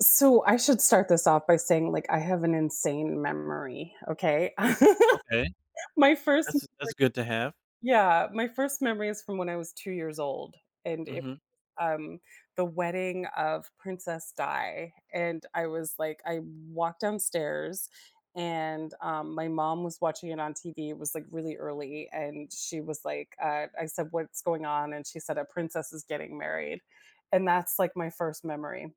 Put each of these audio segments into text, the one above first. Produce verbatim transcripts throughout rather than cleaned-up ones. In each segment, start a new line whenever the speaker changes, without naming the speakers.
So I should start this off by saying, like, I have an insane memory, okay?
Okay,
My first
that's that's good to have.
Yeah, my first memory is from when I was two years old, and it
Mhm.
um, the wedding of Princess Di. And I was like I walked downstairs, and, um, my mom was watching it on T V. It was, like, really early, and she was like, uh I said, "What's going on?" And she said, "A princess is getting married." And that's, like, my first memory.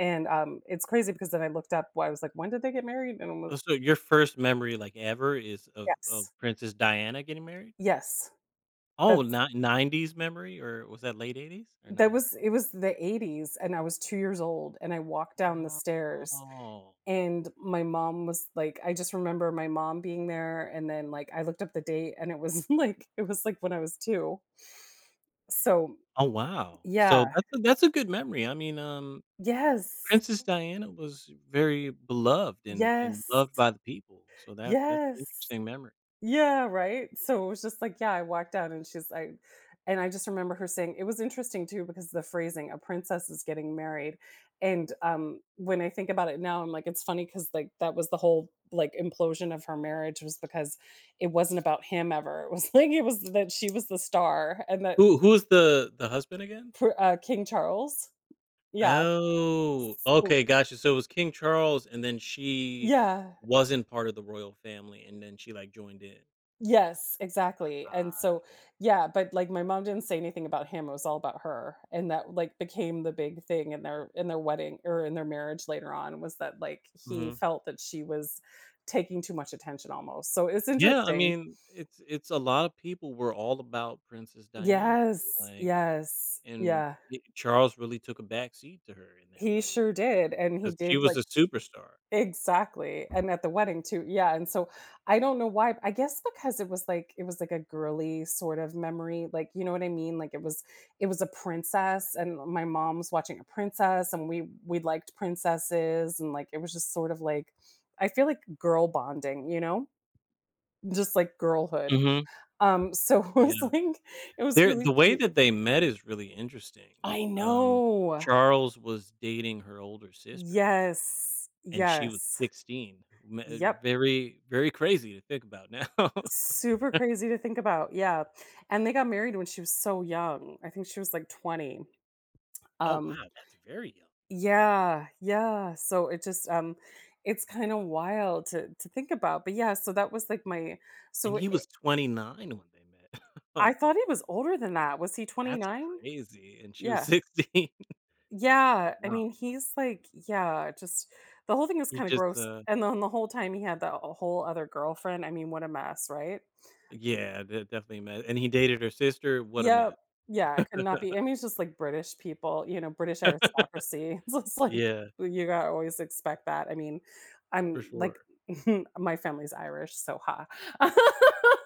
And, um, it's crazy, because then I looked up. Why I was like, "When did they get married?" And I'm like,
Oh, so your first memory, like, ever is of of
"Yes.
Princess Diana getting married?
Yes.
Oh,
That's
not nineties memory, or was that late eighties or
that
nineties?
was it was the ‘eighties, and I was two years old, and I walked down the stairs,
Oh.
and my mom was like I just remember my mom being there. And then, like, I looked up the date, and it was like it was like when I was two. So,
Oh, wow. So
yeah.
that's a that's a good memory. I mean, um,
Yes.
Princess Diana was very beloved and and loved
Yes.
by the people, so that that's an
Yes.
interesting memory.
Yeah, right? So it was just like, yeah, I walked out, and she's like and I just remember her saying, it was interesting too because the phrasing, "A princess is getting married." And um when I think about it now, I'm like, it's funny, because like, that was the whole, like, implosion of her marriage, was because it wasn't about him ever. It was like, it was that she was the star, and that
Who who is the the husband again?
pr- uh, King Charles. Yeah.
Oh,
So,
okay, gotcha. So it was King Charles, and then she
yeah.
wasn't part of the royal family, and then she like joined in.
Yes, exactly, and
Gotcha.
so yeah, but, like, my mom didn't say anything about him. It was all about her. And that, like, became the big thing in their in their wedding, or in their marriage later on, was that, like, he
Mhm.
felt that she was taking too much attention almost. So it's
Yeah, I
interesting.
mean, it's it's a lot of people were all about Princess Diana,
Yes,
like,
yes,
and
yeah,
it, Charles really took a back seat to her in that
he
way
sure did. And he
because she
did,
was
like
a superstar.
exactly, and at the wedding too, yeah. And so I don't know why, I guess because it was like it was like a girly sort of memory, like, you know what I mean? Like, it was it was a princess, and my mom was watching a princess, and we we liked princesses, and like, it was just sort of like, I feel like girl bonding, you know? Just like girlhood.
Hmm.
Um, so it
Yeah,
was like, it was
there
really
the way
cute.
that they met is really interesting.
I
Um,
know.
Charles was dating her older sister.
Yes.
And she was
Yes.
sixteen. M uh,
Yep.
Very, very crazy to think about now.
Super crazy to think about, yeah, and they got married when she was so young. I think she was, like, twenty.
Oh,
Um
wow, that's very young.
Yeah, yeah, so it just, um it's kinda wild to to think about. But yeah, so that was, like, my.
And
so i
he was twenty-nine when they met.
I
Oh,
thought he was older than that. Was he
that's
twenty-nine?
crazy, and she was
Yeah.
sixteen.
Yeah, I
Wow.
mean, he's, like yeah, just the whole thing was
He
kinda
just,
gross.
uh
And then the whole time he had that whole other girlfriend. I mean, what a mess, right?
yeah, de definitely a mess, and he dated her sister, what a
Yeah.
mess.
Yeah, it could not be I mean, it's just like, British people, you know, British aristocracy. It's just like,
Yeah,
you gotta always expect that. I mean,
for
I'm
sure.
like, my family's Irish, so ha.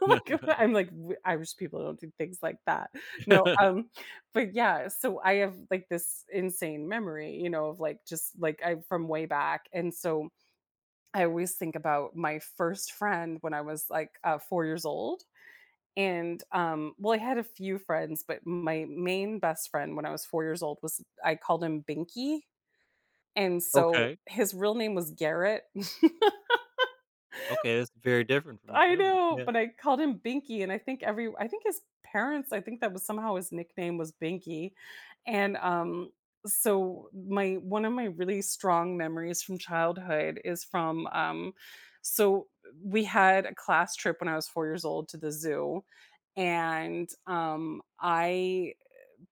Like, I'm like w Irish people don't do things like that. No, um, but yeah, so I have, like, this insane memory, you know, of like, just like, I, from way back. And so I always think about my first friend when I was like, uh, four years old. And, um, well, I had a few friends, but my main best friend when I was four years old was, I called him Binky, and so
Okay,
his real name was Garrett.
okay, that's very different from his
I
real name.
know,
Yeah.
but I called him Binky. And I think every I think his parents, I think that was somehow, his nickname was Binky. And um so, my one of my really strong memories from childhood is from, um so we had a class trip when I was four years old to the zoo. And um I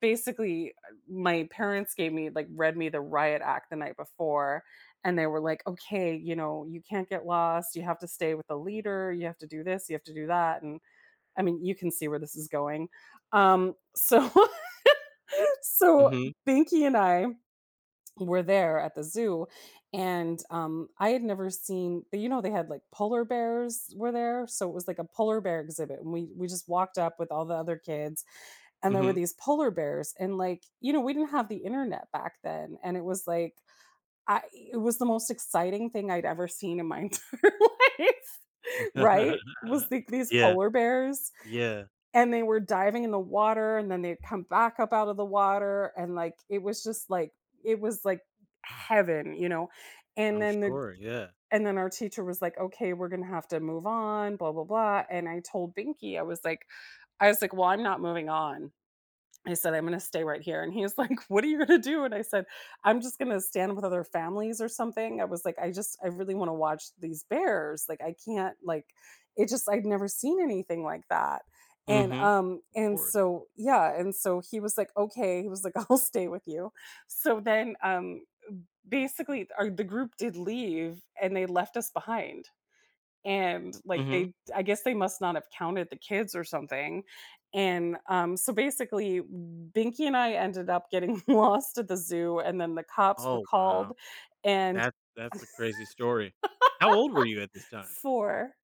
basically uh, my parents gave me like read me the riot act the night before, and they were like, "Okay, you know, you can't get lost, you have to stay with the leader, you have to do this, you have to do that." And I mean, you can see where this is going. um so so
Mhm,
Binky and I were there at the zoo. And um I had never seen, you know, they had, like, polar bears were there, so it was like a polar bear exhibit. And we we just walked up with all the other kids, and there were
mhm.
these polar bears. And like, you know, we didn't have the internet back then, and it was like, I it was the most exciting thing I'd ever seen in my entire life, right? Was the, these
Yeah,
polar bears,
yeah,
and they were diving in the water, and then they'd come back up out of the water. And, like, it was just, like it was, like, heaven, you know? And
I'm
then the
sure, yeah.
and then our teacher was like, "Okay, we're gonna have to move on, blah, blah, blah." And I told Binky, I was like I was like, "Well, I'm not moving on." I said, "I'm gonna stay right here." And he was like, "What are you gonna do?" And I said, "I'm just gonna stand with other families or something." I was like, "I just I really wanna watch these bears, like, I can't, like." it just I'd never seen anything like that. and,
Mhm,
um,
of
and
course.
so, yeah, and so he was like, "Okay." He was like, "I'll stay with you." So then, um, basically, our the group did leave, and they left us behind. And, like,
Mhm.
they, I guess they must not have counted the kids or something. And, um, so basically, Binky and I ended up getting lost at the zoo, and then the cops were
Oh,
called.
wow.
And
That that's a crazy story. How old were you at this time?
for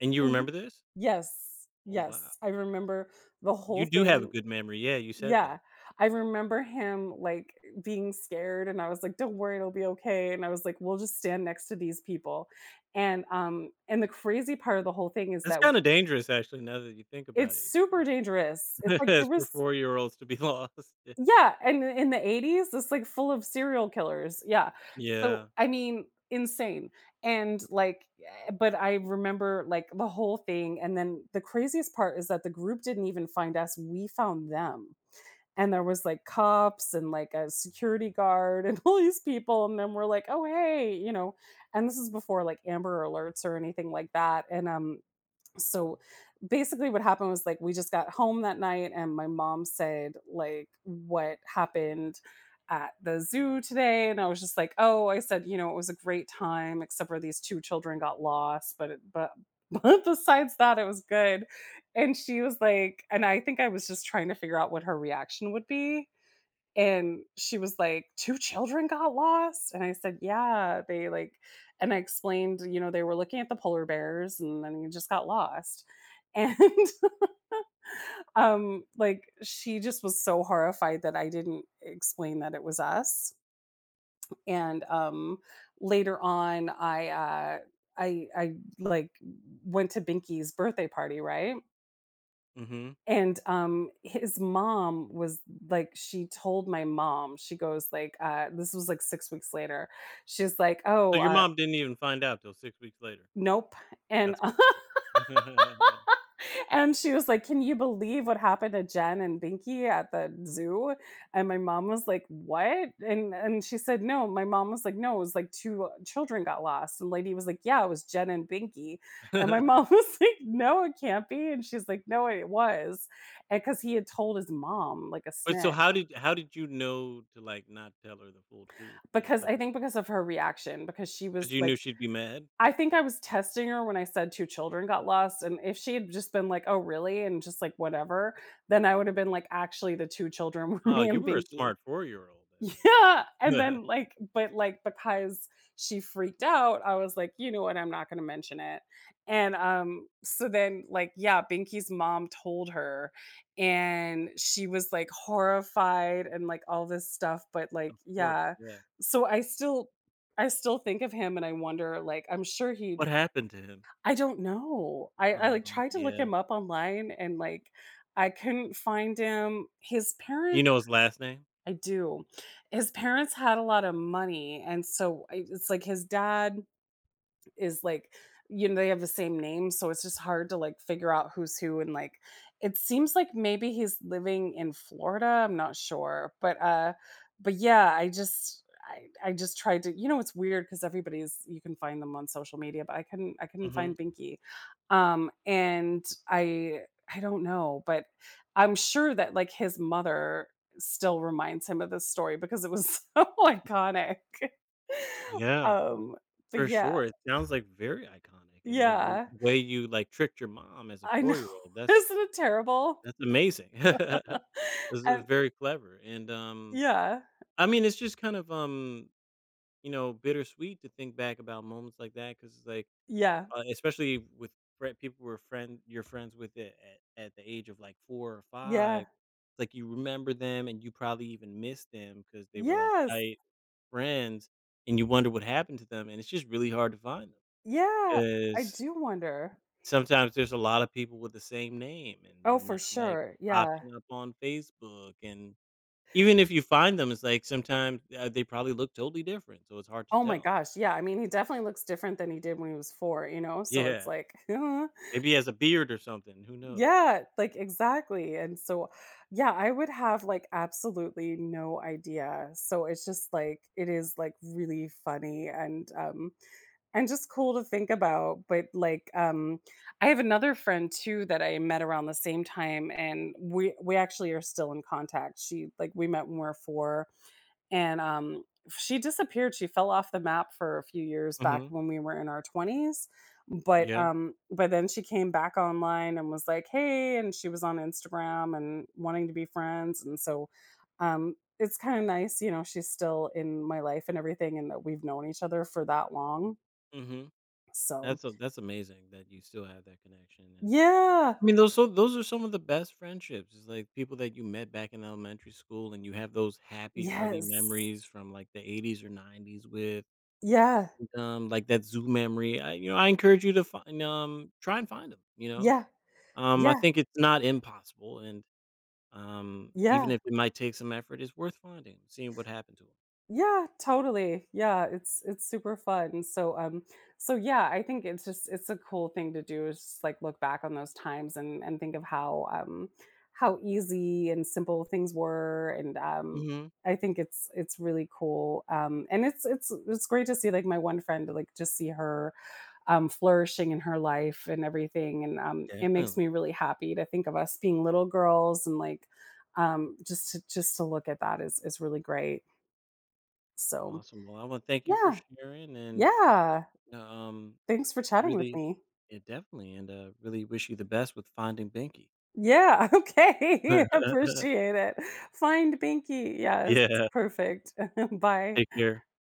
And you
mhm.
remember this?
Yes,
Oh, wow.
yes, I remember the whole
You do have a
thing.
good memory. Yeah, you said
Yeah,
that.
I remember him, like, being scared, and I was like, "Don't worry, it'll be okay." And I was like, "We'll just stand next to these people." And, um, and the crazy part of the whole thing is
That's
that
kinda dangerous actually now that you think
it's
about it.
super dangerous. It's like there
It's for
was
four-year-olds to be lost. Yeah.
Yeah, and in the eighties, it's like full of serial killers, yeah. So,
Yeah.
I mean, insane. And like, eh, but I remember, like, the whole thing. And then the craziest part is that the group didn't even find us, we found them. And there was, like, cops and, like, a security guard, and all these people. And then we're like, "Oh, hey," you know. And this is before, like, Amber Alerts or anything like that. And, um, so basically what happened was, like, we just got home that night, and my mom said, like, "What happened at the zoo today?" And I was just like, "Oh," I said, you know, "It was a great time, except for these two children got lost, but it, but but besides that, it was good." And she was like and I think I was just trying to figure out what her reaction would be. And she was like, "two children got lost?" And I said, "Yeah, they, like." And I explained, you know, they were looking at the polar bears and then they just got lost. And, um, like, she just was so horrified that I didn't explain that it was us. And, um, later on, I, uh I I, like, went to Binky's birthday party, right?
Mhm.
And, um, his mom was like, she told my mom. She goes, like, uh this was like six weeks later. She's like, "Oh,
So your
uh,
mom didn't even find out till six weeks later.
nope." And
That's crazy.
and she was like, "Can you believe what happened to Jen and Binky at the zoo?" And my mom was like, "What?" And and she said, "No." My mom was like, "No, it was like two children got lost." And lady was like, "Yeah, it was Jen and Binky." And my mom was like, "No, it can't be." And she's like, "No, it was." And because he had told his mom, like, a
But so
snitch.
how did how did you know to, like, not tell her the full truth? Like,
Because
was
I
it
think because of her reaction, because she
'cause
was
you
like
knew she'd be mad?
I think I was testing her when I said two children got lost, and if she had just been like, "Oh, really?" and just like, "Whatever," then I would have been like, "Actually, the two children were
Oh,
me
you
and
were a
Binky."
smart four-year-old at
Yeah. And
that.
then, like, but, like, because she freaked out, I was like, "You know what, I'm not gonna mention it." And, um, so then, like, yeah, Binky's mom told her, and she was, like, horrified and, like, all this stuff, but, like,
Of course,
yeah.
yeah.
So I still I still think of him, and I wonder. Like, I'm sure he
What happened to him?
I don't know. I I,
Oh,
like, tried to look
yeah.
him up online, and, like, I couldn't find him. His
Do you
parents
know his last name?
I do. His parents had a lot of money. And so I it's like, his dad is like, you know, they have the same name, so it's just hard to, like, figure out who's who. And like, it seems like maybe he's living in Florida, I'm not sure, but uh but yeah. I just I, I just tried to, you know, it's weird because everybody's you can find them on social media, but I couldn't I couldn't
Mhm.
find Binky. Um and I I don't know. But I'm sure that, like, his mother still reminds him of this story because it was so iconic.
Yeah,
um but
for
yeah.
sure. It sounds, like, very iconic, and the w
Yeah,
way you, like, tricked your mom as a
I know.
four-year-old, that's
Isn't it terrible?
that's amazing. This is
And
very clever, and, um,
yeah,
I mean, it's just kind of, um, you know, bittersweet to think back about moments like that because it's like
yeah,
Uh, especially with frie people who are friend you're friends with it at at the age of, like, four or five,
yeah,
it's like you remember them and you probably even miss them because they were, like,
yes,
tight friends, and you wonder what happened to them, and it's just really hard to find them
yeah, I
because
do wonder.
sometimes there's a lot of people with the same name, and
Oh,
they're
for
not, like,
sure, yeah.
popping up on Facebook, and even if you find them, it's like sometimes, uh, they probably look totally different, so it's hard to
Oh my
tell.
gosh, yeah, I mean, he definitely looks different than he did when he was four, you know, so it's
Yeah,
like,
maybe he has a beard or something, who knows?
yeah, like, exactly. And so, yeah, I would have, like, absolutely no idea. So it's just, like, it is, like, really funny. And, um and just cool to think about. But like, um I have another friend too that I met around the same time, and we we actually are still in contact. She like We met when we were four. And um she disappeared. She fell off the map for a few years back
Mhm,
when we were in our twenties. But
yeah.
um but then she came back online and was like, "Hey," and she was on Instagram and wanting to be friends. And so, um it's kind of nice, you know, she's still in my life and everything, and that we've known each other for that long.
Mhm.
So
That's a that's amazing that you still have that connection, and
yeah,
I mean, those so those are some of the best friendships. It's like people that you met back in elementary school, and you have those happy early
yes.
memories from like the eighties or nineties with,
Yeah,
um, like that zoo memory. I You know, I encourage you to find um try and find them. You know,
yeah,
um, I
yeah,
think it's not impossible, and um, even
yeah,
if it might take some effort, it's worth finding, seeing what happened to them.
yeah, totally. Yeah, it's it's super fun. So um so yeah, I think it's just it's a cool thing to do, is just like, look back on those times, and and think of how um how easy and simple things were. And um
Hmm.
I think it's it's really cool. Um and it's it's it's great to see, like, my one friend, like, just see her, um, flourishing in her life and everything. And um, it makes
Definitely
me really happy to think of us being little girls, and like, um, just to just to look at that is is really great. So
awesome. Well, I want to thank you for
yeah,
sharing, and
yeah.
um,
Thanks for chatting with
Really
me.
yeah, definitely, and, uh, really wish you the best with finding Binky.
Yeah, okay. Appreciate it. Find Binky. Yes,
Yeah,
perfect. Bye.
take care.